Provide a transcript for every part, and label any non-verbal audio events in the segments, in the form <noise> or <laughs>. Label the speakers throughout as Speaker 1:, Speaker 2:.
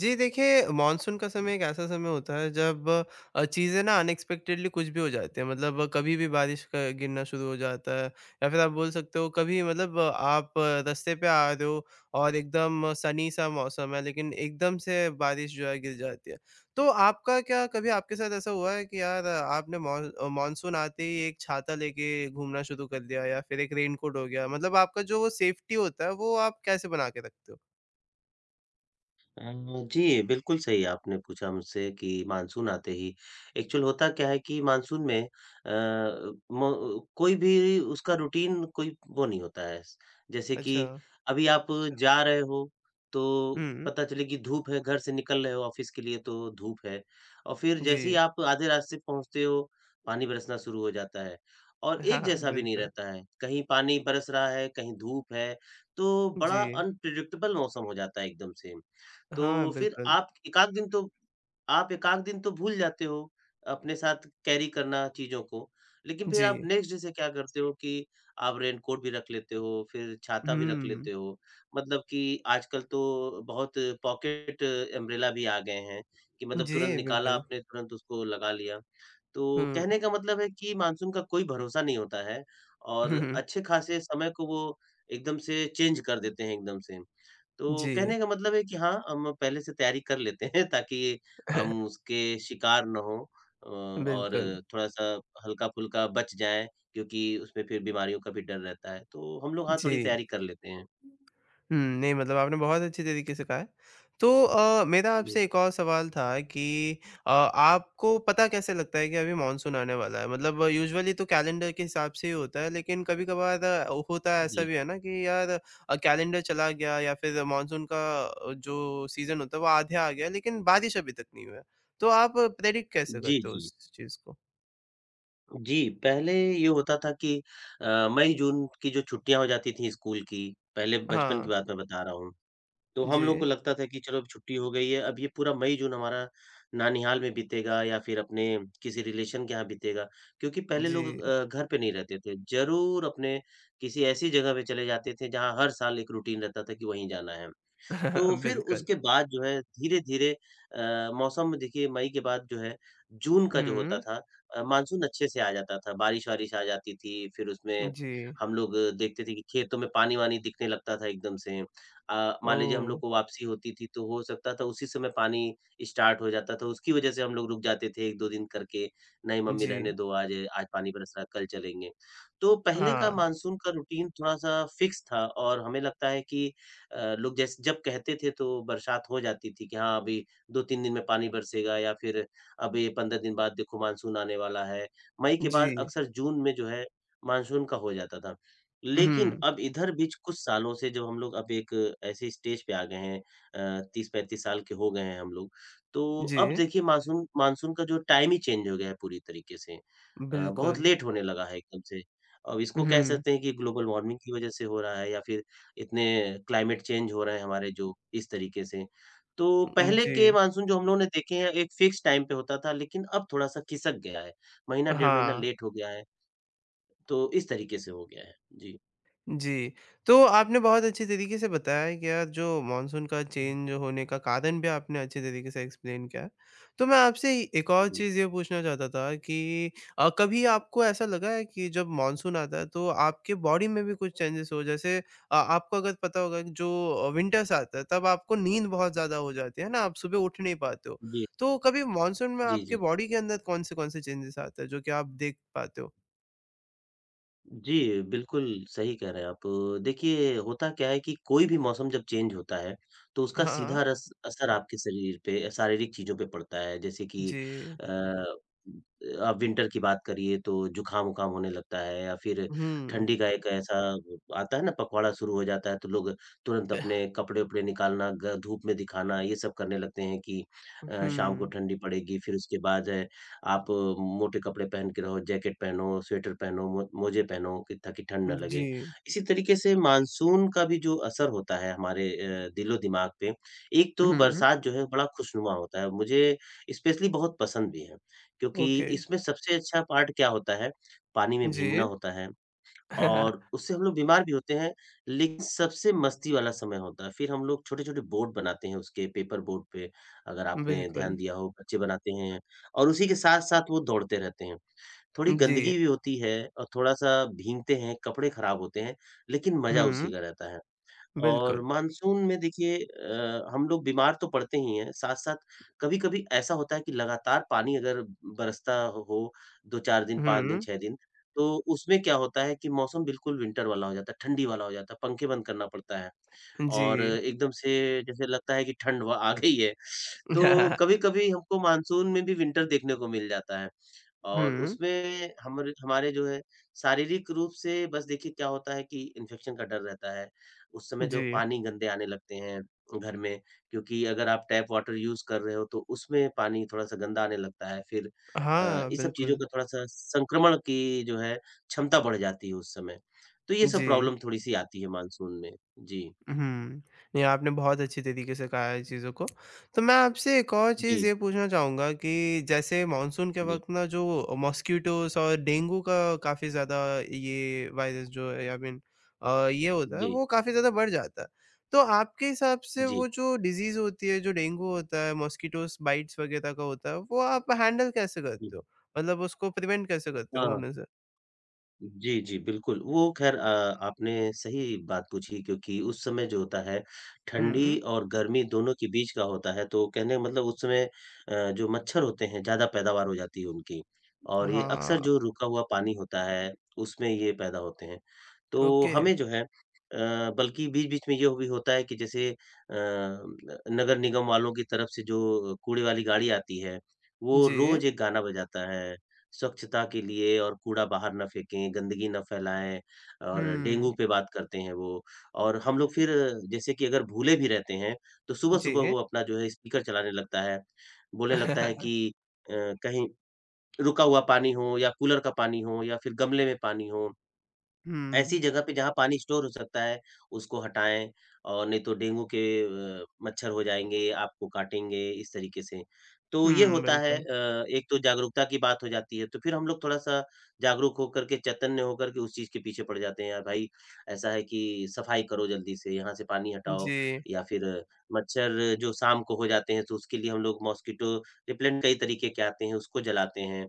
Speaker 1: जी देखिए, मानसून का समय एक ऐसा समय होता है जब चीज़ें ना अनएक्सपेक्टेडली कुछ भी हो जाती हैं मतलब कभी भी बारिश क गिरना शुरू हो जाता है या फिर आप बोल सकते हो कभी मतलब आप रास्ते पे आ रहे हो और एकदम सनी सा मौसम है लेकिन एकदम से बारिश जो है गिर जाती है। तो आपका क्या कभी आपके साथ ऐसा हुआ है कि यार आपने मानसून आते ही एक छाता लेके घूमना शुरू कर दिया या फिर एक रेनकोट हो गया मतलब आपका जो वो सेफ्टी होता है वो आप कैसे बना के रखते हो?
Speaker 2: अ, जी, बिल्कुल सही आपने पूछा मुझसे कि मानसून आते ही एक्चुअल होता क्या है कि मानसून में अ, म कोई भी उसका रूटीन कोई वो नहीं होता है। जैसे कि
Speaker 1: अच्छा।
Speaker 2: अभी आप जा रहे हो, तो
Speaker 1: हुँ,
Speaker 2: पता चले कि धूप है, घर से निकल रहे हो ऑफ़िस के लिए तो धूप है और फिर
Speaker 1: जी।
Speaker 2: जैसे ही आप आधे रास्ते पहुँचते हो, पानी बरसना शुरू हो जाता है और
Speaker 1: हाँ,
Speaker 2: एक
Speaker 1: हाँ,
Speaker 2: जैसा भी नहीं
Speaker 1: बिल्कुल।
Speaker 2: रहता है। कहीं पानी बरस रहा है, कहीं धूप है, तो बड़ा
Speaker 1: जी।
Speaker 2: अनप्रेडिक्टेबल मौसम हो जाता है एकदम से।
Speaker 1: हाँ,
Speaker 2: तो फिर
Speaker 1: बिल्कुल।
Speaker 2: आप एकाध दिन तो भूल जाते हो अपने साथ कैरी करना चीज़ों को। लेकिन फिर
Speaker 1: जी।
Speaker 2: आप नेक्स्ट डे से क्या करते हो कि आप रेनकोट भी रख लेते हो, फिर छाता भी रख
Speaker 1: हुँ।
Speaker 2: लेते हो। मतलब कि आजकल तो बहुत पॉकेट अम्ब्रेला भी आ गए हैं कि मतलब
Speaker 1: जी,
Speaker 2: तुरंत निकाला
Speaker 1: बिल्कुल।
Speaker 2: आपने, तुरंत उसको लगा लिया। तो
Speaker 1: हुँ।
Speaker 2: कहने का मतलब है कि मानसून का कोई भरोसा नहीं होता है
Speaker 1: हुँ,
Speaker 2: और
Speaker 1: हुँ।
Speaker 2: अच्छे-खासे समय को वो एकदम से चेंज कर देते हैं एकदम से। तो
Speaker 1: जी।
Speaker 2: कहने का मतलब है कि हाँ, हम पहले से तैयारी कर लेते हैं <laughs> ताकि हम
Speaker 1: <laughs>
Speaker 2: उसके शिकार ना हों अ, और
Speaker 1: बिल्कुल।
Speaker 2: थोड़ा-सा हल्का-फुल्का बच जाएँ क्योंकि उसमें फिर बीमारियों का भी डर रहता है। तो हम लोग हाँ,
Speaker 1: जी।
Speaker 2: थोड़ी तैयारी कर लेते हैं।
Speaker 1: हुँ, नहीं मतलब आपने बहुत अच्छे तरीके से कहा है। तो मेरा आपसे
Speaker 2: जी,
Speaker 1: एक और सवाल था कि आपको पता कैसे लगता है कि अभी मानसून आने वाला है? मतलब यूजुअली तो कैलेंडर के हिसाब से ही होता है, लेकिन कभी-कभार होता है ऐसा
Speaker 2: जी।
Speaker 1: भी है ना कि यार कैलेंडर चला गया या फिर मानसून का जो सीज़न होता है वो आधे आ गया, लेकिन बारिश अभी तक नहीं हुआ है। तो आप प्रेडिक्ट कैसे
Speaker 2: जी,
Speaker 1: करते हो
Speaker 2: जी।
Speaker 1: उस चीज़ को?
Speaker 2: जी, पहले ये होता था कि मई-जून की जो छुट्टियाँ हो जाती थी स्कूल की, पहले बचपन
Speaker 1: हाँ,
Speaker 2: की बात मैं बता रहा हूँ। तो हम लोगों को
Speaker 1: जी,
Speaker 2: लगता था कि चलो अब छुट्टी हो गई है, अब ये पूरा मई-जून हमारा नानिहाल में बीतेगा या फिर अपने किसी रिलेशन के यहाँ बीतेगा। क्योंकि पहले
Speaker 1: जी।
Speaker 2: लोग घर पे नहीं रहते थे, ज़रूर अपने किसी ऐसी जगह पे चले जाते थे, जहाँ हर साल एक रूटीन रहता था कि वहीं जाना है। तो
Speaker 1: <laughs>
Speaker 2: फिर
Speaker 1: बिल्कुल।
Speaker 2: उसके बाद जो है धीरे-धीरे मौसम में देखिए मई के बाद जो है जून का जो होता
Speaker 1: हुँ,
Speaker 2: था मानसून अच्छे से आ जाता था, बारिश-वारिश आ जाती थी, फिर उसमें
Speaker 1: जी।
Speaker 2: हम लोग देखते थे कि खेतों में पानी-वानी दिखने लगता था एकदम से। मान लीजिए हम
Speaker 1: ओह!
Speaker 2: लोग को वापसी होती थी तो हो सकता था उसी समय पानी स्टार्ट हो जाता था, उसकी वजह से हम लोग रुक जाते थे 1-2 दिन करके, नहीं मम्मी रहने
Speaker 1: जी,
Speaker 2: दो आज, आज पानी बरस रहा है, कल चलेंगे। तो पहले का
Speaker 1: हाँ।
Speaker 2: मानसून का रूटीन थोड़ा-सा फिक्स था और हमें लगता है कि लोग जैसे जब कहते थे तो बरसात हो जाती थी कि हाँ अभी 2-3 दिन में पानी बरसेगा या फिर अभी 15 दिन बाद देखो मानसून आने वाला है। मई के बाद
Speaker 1: जी।
Speaker 2: अक्सर जून में जो है मानसून का हो जाता था। लेकिन
Speaker 1: हुँ,
Speaker 2: अब इधर बीच कुछ सालों से जब हम लोग अब एक ऐसे स्टेज पे आ गए हैं 30-35 साल के हो गए हैं हम लोग। तो अब
Speaker 1: जी,
Speaker 2: देखिए मानसून मानसून का जो टाइम ही चेंज हो गया है पूरी तरीके से। बहुत
Speaker 1: बिल्कुल।
Speaker 2: लेट होने लगा है एकदम से। अब इसको कह
Speaker 1: हुँ,
Speaker 2: सकते हैं कि ग्लोबल वार्मिंग की वजह से हो रहा है या फिर इतने क्लाइमेट चेंज हो रहे हैं हमारे जो इस तरीके से। तो पहले के
Speaker 1: जी,
Speaker 2: मानसून जो हम लोगों ने देखे हैं एक फिक्स टाइम पे होता था लेकिन अब थोड़ा-सा खिसक गया है। महीना डेढ़ महीना
Speaker 1: हाँ।
Speaker 2: लेट हो गया है। तो इस तरीके से हो गया है। जी।
Speaker 1: जी। तो आपने बहुत अच्छे तरीके से बताया है कि यार जो मानसून का चेंज होने का कारण भी आपने अच्छे तरीके से एक्सप्लेन किया है। तो मैं आपसे एक और
Speaker 2: जी।
Speaker 1: चीज़ ये पूछना चाहता था कि कभी आपको ऐसा लगा है कि जब मानसून आता है तो आपके बॉडी में भी कुछ चेंजेस हो जैसे आपको अगर पता होगा कि जो विंटर्स आता है तब आपको नींद बहुत ज़्यादा हो जाती है ना? आप सुबह उठ नहीं पाते हो।
Speaker 2: जी।
Speaker 1: तो कभी मानसून में
Speaker 2: जी,
Speaker 1: आपके
Speaker 2: जी।
Speaker 1: बॉडी के अंदर कौन से-कौन से चेंजेस आते हैं जो कि आप देख पाते हो?
Speaker 2: जी, बिल्कुल सही कह रहे हैं आप। देखिए, होता क्या है कि कोई भी मौसम जब चेंज होता है, तो उसका
Speaker 1: हाँ, हाँ।
Speaker 2: सीधा रस असर आपके शरीर पे, शारीरिक चीज़ों पे पड़ता है। जैसे कि
Speaker 1: जी।
Speaker 2: अ, आप विंटर की बात करिए तो जुकाम-वुकाम होने लगता है या फिर
Speaker 1: हुँ।
Speaker 2: ठंडी का एक ऐसा आता है ना पखवाड़ा शुरू हो जाता है तो लोग तुरंत अपने कपड़े-वपड़े निकालना, ग धूप में दिखाना ये सब करने लगते हैं कि शाम को
Speaker 1: हुँ,
Speaker 2: ठंडी पड़ेगी फिर उसके बाद आप मोटे कपड़े पहन के रहो, जैकेट पहनो, स्वेटर पहनो, मो मोजे पहनो कि ताकि ठंड ना
Speaker 1: जी।
Speaker 2: लगे। इसी तरीके से मानसून का भी जो असर होता है हमारे दिलो-दिमाग पे, एक तो
Speaker 1: हुँ,
Speaker 2: बरसात जो है बड़ा खुशनुमा होता है, मुझे स्पेशली बहुत पसंद भी है। क्योंकि
Speaker 1: ओके,
Speaker 2: इसमें सबसे अच्छा पार्ट क्या होता है, पानी में भीगना
Speaker 1: जी।
Speaker 2: होता है। और
Speaker 1: <laughs>
Speaker 2: उससे हम लोग बीमार भी होते हैं, लेकिन सबसे मस्ती वाला समय होता है। फिर हम लोग छोटे-छोटे बोर्ड बनाते हैं उसके पेपर बोर्ड पे, अगर आपने ध्यान
Speaker 1: बिल्कुल,
Speaker 2: दिया हो, बच्चे बनाते हैं और उसी के साथ-साथ वो दौड़ते रहते हैं। थोड़ी
Speaker 1: जी।
Speaker 2: गंदगी भी होती है और थोड़ा-सा भीगते हैं, कपड़े खराब होते हैं, लेकिन मज़ा उसी
Speaker 1: हुँ,
Speaker 2: का रहता है। और
Speaker 1: बिल्कुल।
Speaker 2: मानसून में देखिए हम लोग बीमार तो पड़ते ही हैं, साथ-साथ कभी-कभी ऐसा होता है कि लगातार पानी अगर बरसता हो 2-4 दिन, 5 दिन,
Speaker 1: हुँ,
Speaker 2: 6 दिन, तो उसमें क्या होता है कि मौसम बिल्कुल विंटर वाला हो जाता है, ठंडी वाला हो जाता है, पंखे बंद करना पड़ता है और
Speaker 1: जी।
Speaker 2: एकदम से जैसे लगता है कि ठंड व आ गई है। तो
Speaker 1: <laughs>
Speaker 2: कभी-कभी हमको मानसून में भी विंटर देखने को मिल जाता है। और
Speaker 1: हुँ,
Speaker 2: उसमें हमरे हमारे जो है शारीरिक रूप से बस देखिए क्या होता है कि इन्फेक्शन का डर रहता है। उस समय जो
Speaker 1: जी।
Speaker 2: पानी गंदे आने लगते हैं घर में, क्योंकि अगर आप टैप वाटर यूज़ कर रहे हो तो उसमें पानी थोड़ा-सा गंदा आने लगता है। फिर
Speaker 1: हाँ,
Speaker 2: इस सब चीज़ों
Speaker 1: बिल्कुल,
Speaker 2: का थोड़ा-सा संक्रमण की जो है क्षमता बढ़ जाती है उस समय। तो ये सब
Speaker 1: जी।
Speaker 2: प्रॉब्लम थोड़ी-सी आती है मानसून में। जी।
Speaker 1: हुँ। नहीं, आपने बहुत अच्छी तरीके से कहा है चीज़ों को। तो मैं आपसे एक और चीज़
Speaker 2: जी,
Speaker 1: ये पूछना चाहूँगा कि जैसे मॉनसून के
Speaker 2: जी,
Speaker 1: वक़्त ना जो मॉस्किटोज़ और डेंगू का काफ़ी ज़्यादा ये वायरस जो है आई मीन ये होता है
Speaker 2: जी,
Speaker 1: वो काफ़ी ज़्यादा बढ़ जाता है। तो आपके हिसाब से
Speaker 2: जी,
Speaker 1: वो जो डिज़ीज़ होती है, जो डेंगू होता है, मॉस्किटोज़ बाइट्स वग़ैरह का होता है, वो आप हैंडल कैसे
Speaker 2: जी।
Speaker 1: करते हो? मतलब उसको प्रिवेंट कैसे करते हो
Speaker 2: हाँ।
Speaker 1: होने से?
Speaker 2: जी, जी, बिल्कुल। वो ख़ैर आपने सही बात पूछी क्योंकि उस समय जो होता है,
Speaker 1: हुँ, हुँ।
Speaker 2: ठंडी और गर्मी दोनों के बीच का होता है, तो कहने का मतलब उस समय जो मच्छर होते हैं, ज़्यादा पैदावार हो जाती है उनकी और ये
Speaker 1: हाँ,
Speaker 2: अक्सर जो रुका हुआ पानी होता है, उसमें ये पैदा होते हैं। तो
Speaker 1: ओके।
Speaker 2: हमें जो है बल्कि बीच-बीच में ये भी होता है कि जैसे नगर निगम वालों की तरफ से जो कूड़े वाली गाड़ी आती है, वो
Speaker 1: जी।
Speaker 2: रोज़ एक गाना बजाता है स्वच्छता के लिए और कूड़ा बाहर ना फेंकें, गंदगी ना फैलाएँ और
Speaker 1: हुँ,
Speaker 2: डेंगू पे बात करते हैं वो। और हम लोग फिर जैसे कि अगर भूले भी रहते हैं, तो सुबह-सुबह
Speaker 1: जी।
Speaker 2: वो अपना जो है स्पीकर चलाने लगता है। बोलने लगता है
Speaker 1: <laughs>
Speaker 2: कि अ, कहीं रुका हुआ पानी हो या कूलर का पानी हो या फिर गमले में पानी हो ऐसी
Speaker 1: हुँ।
Speaker 2: जगह पे जहाँ पानी स्टोर हो सकता है, उसको हटाएँ और नहीं तो डेंगू के मच्छर हो जाएँगे, आपको काटेंगे, इस तरीके से। तो ये
Speaker 1: हुँ,
Speaker 2: होता है
Speaker 1: बिल्कुल।
Speaker 2: एक तो जागरूकता की बात हो जाती है, तो फिर हम लोग थोड़ा-सा जागरूक होकर के, चैतन्य होकर के उस चीज़ के पीछे पड़ जाते हैं, यार भाई ऐसा है कि सफाई करो जल्दी से, यहाँ से पानी हटाओ
Speaker 1: जी।
Speaker 2: या फिर मच्छर जो शाम को हो जाते हैं, तो उसके लिए हम लोग मॉस्किटो रिपेलेंट कई तरीके के आते हैं, उसको जलाते हैं।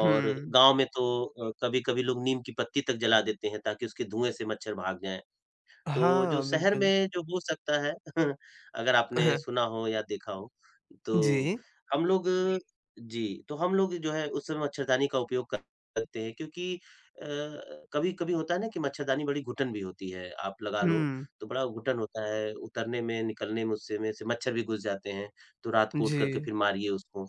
Speaker 2: और
Speaker 1: हुँ।
Speaker 2: गाँव में तो कभी-कभी लोग नीम की पत्ती तक जला देते हैं ताकि उसके धुएँ से मच्छर भाग जाएँ। तो जो
Speaker 1: हाँ,
Speaker 2: शहर
Speaker 1: बिल्कुल।
Speaker 2: में जो हो सकता है <laughs> अगर आपने सुना
Speaker 1: <laughs>
Speaker 2: हो या देखा हो, तो
Speaker 1: जी।
Speaker 2: हम लोग जी, तो हम लोग जो है उस समय मच्छरदानी का उपयोग करते हैं क्योंकि अ, कभी-कभी होता है ना कि मच्छरदानी बड़ी घुटन भी होती है, आप लगा लो
Speaker 1: हुँ,
Speaker 2: तो बड़ा घुटन होता है, उतरने में, निकलने में उससे में से मच्छर भी घुस जाते हैं, तो रात को उठ
Speaker 1: जी।
Speaker 2: कर के फिर मारिए उसको।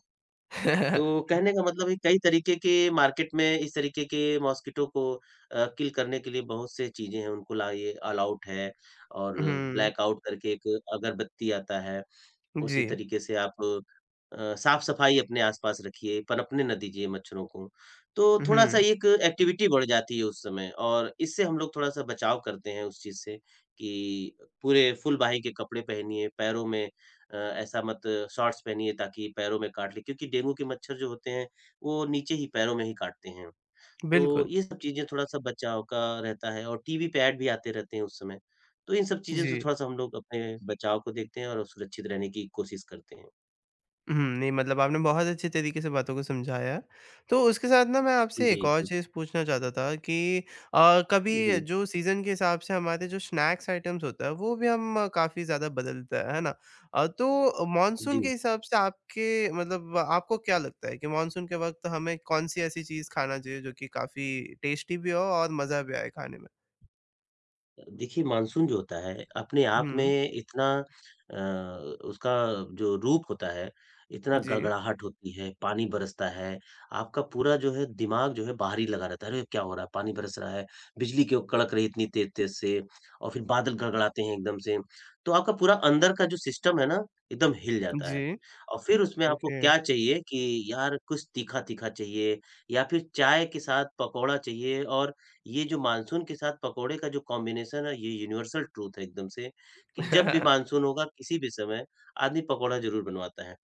Speaker 2: तो
Speaker 1: <laughs>
Speaker 2: कहने का मतलब है कई तरीके के मार्केट में इस तरीके के मॉस्किटो को किल करने के लिए बहुत से चीज़ें हैं, उनको लाइए ऑल आउट है और
Speaker 1: हुँ,
Speaker 2: ब्लैक आउट करके एक अगरबत्ती आता है।
Speaker 1: जी।
Speaker 2: उसी तरीके से आप साफ-सफाई अपने आस-पास रखिए, पनपने ना दीजिए मच्छरों को। तो थोड़ा-सा
Speaker 1: हुँ,
Speaker 2: एक एक्टिविटी बढ़ जाती है उस समय और इससे हम लोग थोड़ा-सा बचाव करते हैं उस चीज़ से कि पूरे फुल बाही के कपड़े पहनिए, पैरों में अ, ऐसा मत शॉर्ट्स पहनिए ताकि पैरों में काट ले क्योंकि डेंगू के मच्छर जो होते हैं, वो नीचे ही पैरों में ही काटते हैं। तो
Speaker 1: बिल्कुल।
Speaker 2: ये सब चीज़ें थोड़ा-सा बचाव का रहता है और टीवी पे ऐड भी आते रहते हैं उस समय। तो इन सब चीज़ों
Speaker 1: जी।
Speaker 2: से थोड़ा-सा हम लोग अपने बचाव को देखते हैं और सुरक्षित रहने की कोशिश करते हैं।
Speaker 1: हुँ, नहीं मतलब आपने बहुत अच्छे तरीके से बातों को समझाया। है। तो उसके साथ ना मैं आपसे एक
Speaker 2: जी,
Speaker 1: और
Speaker 2: जी।
Speaker 1: चीज़ पूछना चाहता था कि कभी
Speaker 2: जी,
Speaker 1: जो सीज़न के हिसाब से हमारे जो स्नैक्स आइटम्स होता है वो भी हम काफ़ी ज़्यादा बदलता है ना? तो मॉनसून के
Speaker 2: जी।
Speaker 1: हिसाब से आपके मतलब आपको क्या लगता है कि मॉनसून के वक़्त हमें कौन-सी ऐसी चीज़ खाना चाहिए जो कि काफ़ी टेस्टी भी हो और मज़ा भी आए खाने में?
Speaker 2: देखिए मानसून जो होता है अपने आप में
Speaker 1: हुँ,
Speaker 2: इतना उसका जो रूप होता है, इतना
Speaker 1: जी।
Speaker 2: गड़गड़ाहट होती है, पानी बरसता है, आपका पूरा जो है दिमाग जो है बाहर ही लगा रहता है, अरे क्या हो रहा है? पानी बरस रहा है, बिजली क्यों कड़क रही है इतनी तेज़-तेज़ से और फिर बादल गड़गड़ाते हैं एकदम से। तो आपका पूरा अंदर का जो सिस्टम है ना, एकदम हिल जाता है
Speaker 1: जी,
Speaker 2: और फिर उसमें आपको
Speaker 1: ओके।
Speaker 2: क्या चाहिए कि यार कुछ तीखा-तीखा चाहिए या फिर चाय के साथ पकौड़ा चाहिए और ये जो मानसून के साथ पकोड़े का जो कॉम्बिनेशन है ये यूनिवर्सल ट्रूथ है एकदम से, कि जब भी
Speaker 1: <laughs>
Speaker 2: मानसून होगा किसी भी समय आदमी पकोड़ा ज़रूर बनवाता है।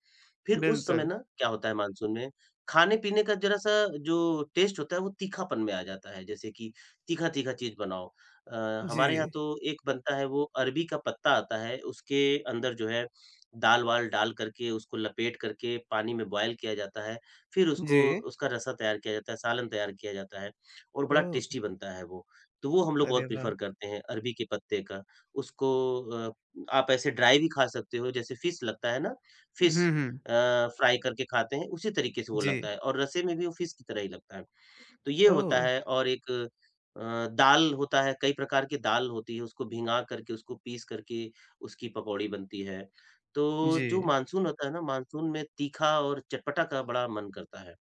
Speaker 2: फिर उस समय
Speaker 1: बिल्कुल।
Speaker 2: ना क्या होता है मानसून में, खाने-पीने का ज़रा-सा जो टेस्ट होता है वो तीखापन में आ जाता है, जैसे कि तीखा-तीखा चीज़ बनाओ। अ, हमारे यहाँ
Speaker 1: जी,
Speaker 2: तो एक बनता है वो अरबी का पत्ता आता है, उसके अंदर जो है दाल-वाल डाल करके उसको लपेट करके पानी में बॉयल किया जाता है, फिर उसको
Speaker 1: जी।
Speaker 2: उसका रसा तैयार किया जाता है, सालन तैयार किया जाता है और बड़ा
Speaker 1: ओह!
Speaker 2: टेस्टी बनता है वो। तो वो हम लोग
Speaker 1: अरे
Speaker 2: बहुत
Speaker 1: वाह!
Speaker 2: प्रेफ़र करते हैं अरबी के पत्ते का। उसको अ, आप ऐसे ड्राई भी खा सकते हो जैसे फिश लगता है ना, फिश
Speaker 1: हुँ, हुँ।
Speaker 2: फ्राई करके खाते हैं, उसी तरीके से वो
Speaker 1: जी।
Speaker 2: लगता है और रसे में भी वो फ़िश की तरह ही लगता है। तो ये होता
Speaker 1: ओह!
Speaker 2: है और एक दाल होता है, कई प्रकार की दाल होती है, उसको भिगा करके, उसको पीस करके उसकी पकौड़ी बनती है। तो जो
Speaker 1: जी।
Speaker 2: मानसून होता है ना, मानसून में तीखा और चटपटा का बड़ा मन करता है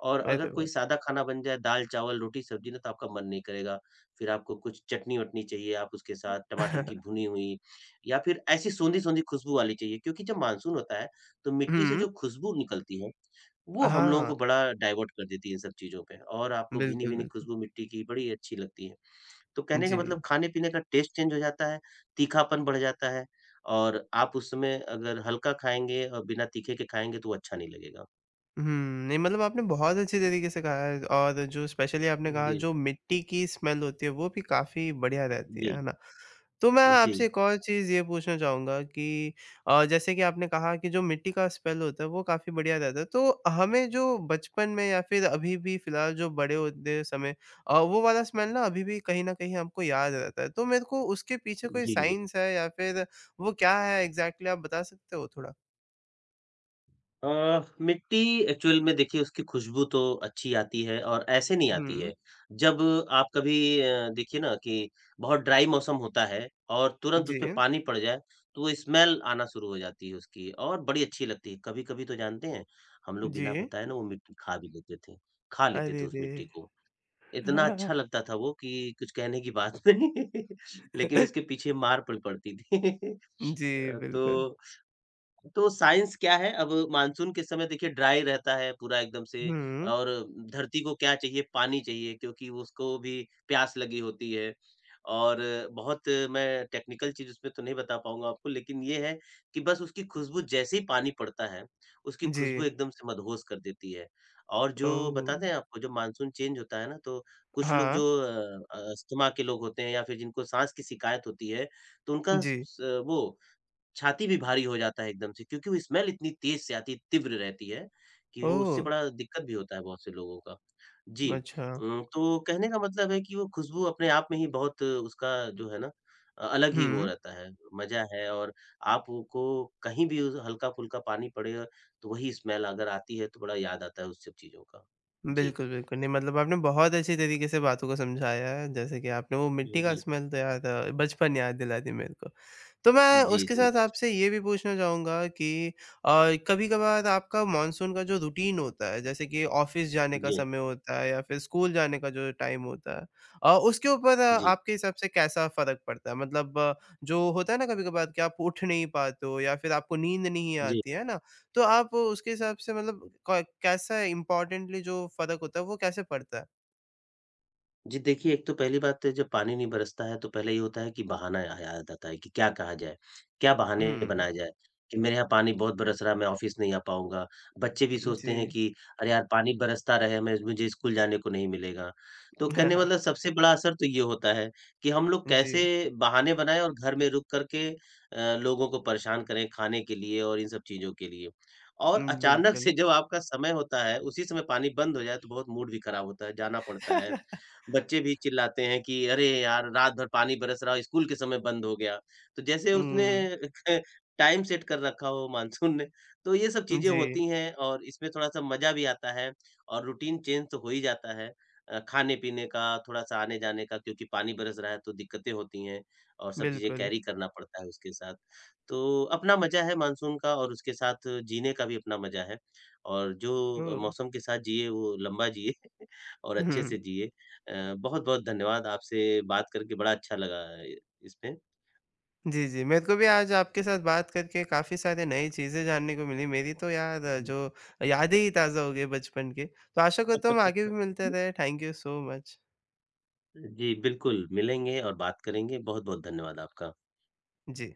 Speaker 2: और
Speaker 1: अरे
Speaker 2: अगर
Speaker 1: वाह!
Speaker 2: कोई सादा खाना बन जाए, दाल-चावल, रोटी-सब्ज़ी ना तो आपका मन नहीं करेगा। फिर आपको कुछ चटनी-वटनी चाहिए, आप उसके साथ टमाटर की
Speaker 1: <laughs>
Speaker 2: भुनी हुई या फिर ऐसी सोंधी-सोंधी खुशबू वाली चाहिए क्योंकि जब मानसून होता है, तो मिट्टी से
Speaker 1: हुँ।
Speaker 2: जो खुशबू निकलती है वो हम लोगों
Speaker 1: हाँ,
Speaker 2: को बड़ा डाइवर्ट कर देती है इन सब चीज़ों पे और आपको
Speaker 1: बिल्कुल,
Speaker 2: भीनी-भीनी
Speaker 1: बिल्कुल।
Speaker 2: खुशबू मिट्टी की बड़ी अच्छी लगती है। तो कहने का मतलब
Speaker 1: जी।
Speaker 2: खाने-पीने का टेस्ट चेंज हो जाता है, तीखापन बढ़ जाता है और आप उस समय अगर हल्का खाएँगे और बिना तीखे के खाएँगे तो वो अच्छा नहीं लगेगा।
Speaker 1: हुँ, नहीं मतलब आपने बहुत अच्छे तरीके से कहा है और जो स्पेशली आपने कहा
Speaker 2: जी,
Speaker 1: जो मिट्टी की स्मेल होती है वो भी काफ़ी बढ़िया रहती
Speaker 2: जी,
Speaker 1: है ना? तो मैं
Speaker 2: जी,
Speaker 1: आपसे एक और चीज़ ये पूछना चाहूँगा कि जैसे कि आपने कहा कि जो मिट्टी का स्पेल होता है वो काफ़ी बढ़िया रहता है। तो हमें जो बचपन में या फिर अभी भी फ़िलहाल जो बड़े होते समय वो वाला स्मेल ना अभी भी कहीं न कहीं हमको याद रहता है। तो मेरे को उसके पीछे कोई
Speaker 2: जी, जी।
Speaker 1: साइंस है या फिर वो क्या है एग्ज़ैक्टली आप बता सकते हो थोड़ा?
Speaker 2: मिट्टी एक्चुअल में देखिए उसकी खुशबू तो अच्छी आती है और ऐसे नहीं आती
Speaker 1: हुँ।
Speaker 2: है। जब आप कभी देखिए ना कि बहुत ड्राई मौसम होता है और तुरंत उसपे
Speaker 1: जी,
Speaker 2: पानी पड़ जाए, तो वो स्मेल आना शुरू हो जाती है उसकी और बड़ी अच्छी लगती है। कभी-कभी तो जानते हैं, हम लोग
Speaker 1: जी।
Speaker 2: बिना बताए ना वो मिट्टी खा भी लेते थे, खा लेते थे
Speaker 1: अरे
Speaker 2: उस
Speaker 1: रे!
Speaker 2: मिट्टी को। इतना
Speaker 1: <laughs>
Speaker 2: अच्छा लगता था वो कि कुछ कहने की बात नहीं। <laughs> लेकिन उसके पीछे मार पड़ती थी। <laughs>
Speaker 1: जी,
Speaker 2: अ,
Speaker 1: बिल्कुल।
Speaker 2: तो तो साइंस क्या है? अब मानसून के समय देखिए ड्राई रहता है पूरा एकदम से
Speaker 1: हुँ।
Speaker 2: और धरती को क्या चाहिए? पानी चाहिए क्योंकि उसको भी प्यास लगी होती है और बहुत मैं टेक्निकल चीज़ उसमें तो नहीं बता पाऊँगा आपको लेकिन ये है कि बस उसकी खुशबू जैसे ही पानी पड़ता है, उसकी
Speaker 1: जी।
Speaker 2: खुशबू एकदम से मदहोश कर देती है। और जो
Speaker 1: ओह!
Speaker 2: बताते हैं आपको जब मानसून चेंज होता है ना तो कुछ लोग
Speaker 1: हाँ।
Speaker 2: जो अस्थमा के लोग होते हैं या फिर जिनको साँस की शिकायत होती है, तो उनका
Speaker 1: जी।
Speaker 2: स वो छाती भी भारी हो जाता है एकदम से क्योंकि वो स्मेल इतनी तेज़ से आती है, तीव्र रहती है कि वो
Speaker 1: ओह!
Speaker 2: उससे बड़ा दिक्कत भी होता है बहुत से लोगों का। जी,
Speaker 1: अच्छा।
Speaker 2: तो कहने का मतलब है कि वो खुशबू अपने आप में ही बहुत उसका जो है ना अलग ही वो
Speaker 1: हुँ,
Speaker 2: रहता है, मज़ा है और आपको कहीं भी उस हल्का-फुल्का पानी पड़े तो वही स्मेल अगर आती है तो बड़ा याद आता है उस सब चीज़ों का। जी।
Speaker 1: बिल्कुल, बिल्कुल। नहीं मतलब आपने बहुत अच्छे तरीके से बातों को समझाया है, जैसे कि आपने वो
Speaker 2: हुँ,
Speaker 1: मिट्टी का
Speaker 2: जी।
Speaker 1: स्मेल तो यार बचपन याद दिला दी मेरे को। तो मैं
Speaker 2: जी,
Speaker 1: उसके
Speaker 2: जी।
Speaker 1: साथ आपसे ये भी पूछना चाहूँगा कि अ, कभी-कभार आपका मॉनसून का जो रूटीन होता है, जैसे कि ऑफ़िस जाने का
Speaker 2: जी,
Speaker 1: समय होता है या फिर स्कूल जाने का जो टाइम होता है उसके ऊपर
Speaker 2: जी,
Speaker 1: आपके हिसाब से कैसा फ़र्क पड़ता है? मतलब जो होता है ना कभी-कभार कि आप उठ नहीं पाते हो या फिर आपको नींद नहीं
Speaker 2: जी।
Speaker 1: आती, है ना? तो आप उसके हिसाब से मतलब क कैसा इम्पोर्टेंटली जो फ़र्क होता है, वो कैसे पड़ता है?
Speaker 2: जी देखिए, एक तो पहली बात तो जब पानी नहीं बरसता है तो पहले ये होता है कि बहाना या याद आता है कि क्या कहा जाए? क्या बहाने
Speaker 1: हुँ,
Speaker 2: बनाए जाए? कि मेरे यहाँ पानी बहुत बरस रहा है, मैं ऑफ़िस नहीं आ पाऊँगा। बच्चे भी सोचते हैं
Speaker 1: जी।
Speaker 2: कि अरे यार! पानी बरसता रहे, मैं मुझे स्कूल जाने को नहीं मिलेगा। तो कहने का
Speaker 1: <laughs>
Speaker 2: मतलब सबसे बड़ा असर तो ये होता है कि हम लोग
Speaker 1: जी,
Speaker 2: कैसे बहाने बनाएँ और घर में रुक कर के लोगों को परेशान करें खाने के लिए और इन सब चीज़ों के लिए। और
Speaker 1: हुँ,
Speaker 2: अचानक
Speaker 1: बिल्कुल।
Speaker 2: से जब आपका समय होता है, उसी समय पानी बंद हो जाए तो बहुत मूड भी खराब होता है, जाना पड़ता है।
Speaker 1: <laughs>
Speaker 2: बच्चे भी चिल्लाते हैं कि अरे यार रात भर पानी बरस रहा स्कूल के समय बंद हो गया। तो जैसे उसने
Speaker 1: हुँ,
Speaker 2: <laughs> टाइम सेट कर रखा हो मानसून ने, तो ये सब चीज़ें
Speaker 1: जी।
Speaker 2: होती हैं और इसमें थोड़ा-सा मज़ा भी आता है और रूटीन चेंज तो हो ही जाता है। खाने-पीने का, थोड़ा-सा आने-जाने का क्योंकि पानी बरस रहा है तो दिक्कतें होती हैं और सब चीज़ें
Speaker 1: बिल्कुल।
Speaker 2: कैरी करना पड़ता है उसके साथ। तो अपना मज़ा है मानसून का और उसके साथ जीने का भी अपना मज़ा है और जो
Speaker 1: ओह!
Speaker 2: मौसम के साथ जिए वो लंबा जिए <laughs> और अच्छे
Speaker 1: हुँ।
Speaker 2: से
Speaker 1: <laughs>
Speaker 2: जिए। बहुत-बहुत धन्यवाद आपसे बात करके बड़ा अच्छा लगा इ इसमें।
Speaker 1: जी, जी। मेरे को भी आज आपके साथ बात करके काफ़ी सारी नई चीज़ें जानने को मिली। मेरी तो यार
Speaker 2: <laughs> हुँ।
Speaker 1: जो यादें ही ताज़ा हो गई बचपन की। तो आशा करता हूँ हम आगे भी मिलते रहे। Thank you so much.
Speaker 2: जी, बिल्कुल मिलेंगे और बात करेंगे। बहुत-बहुत धन्यवाद आपका।
Speaker 1: जी।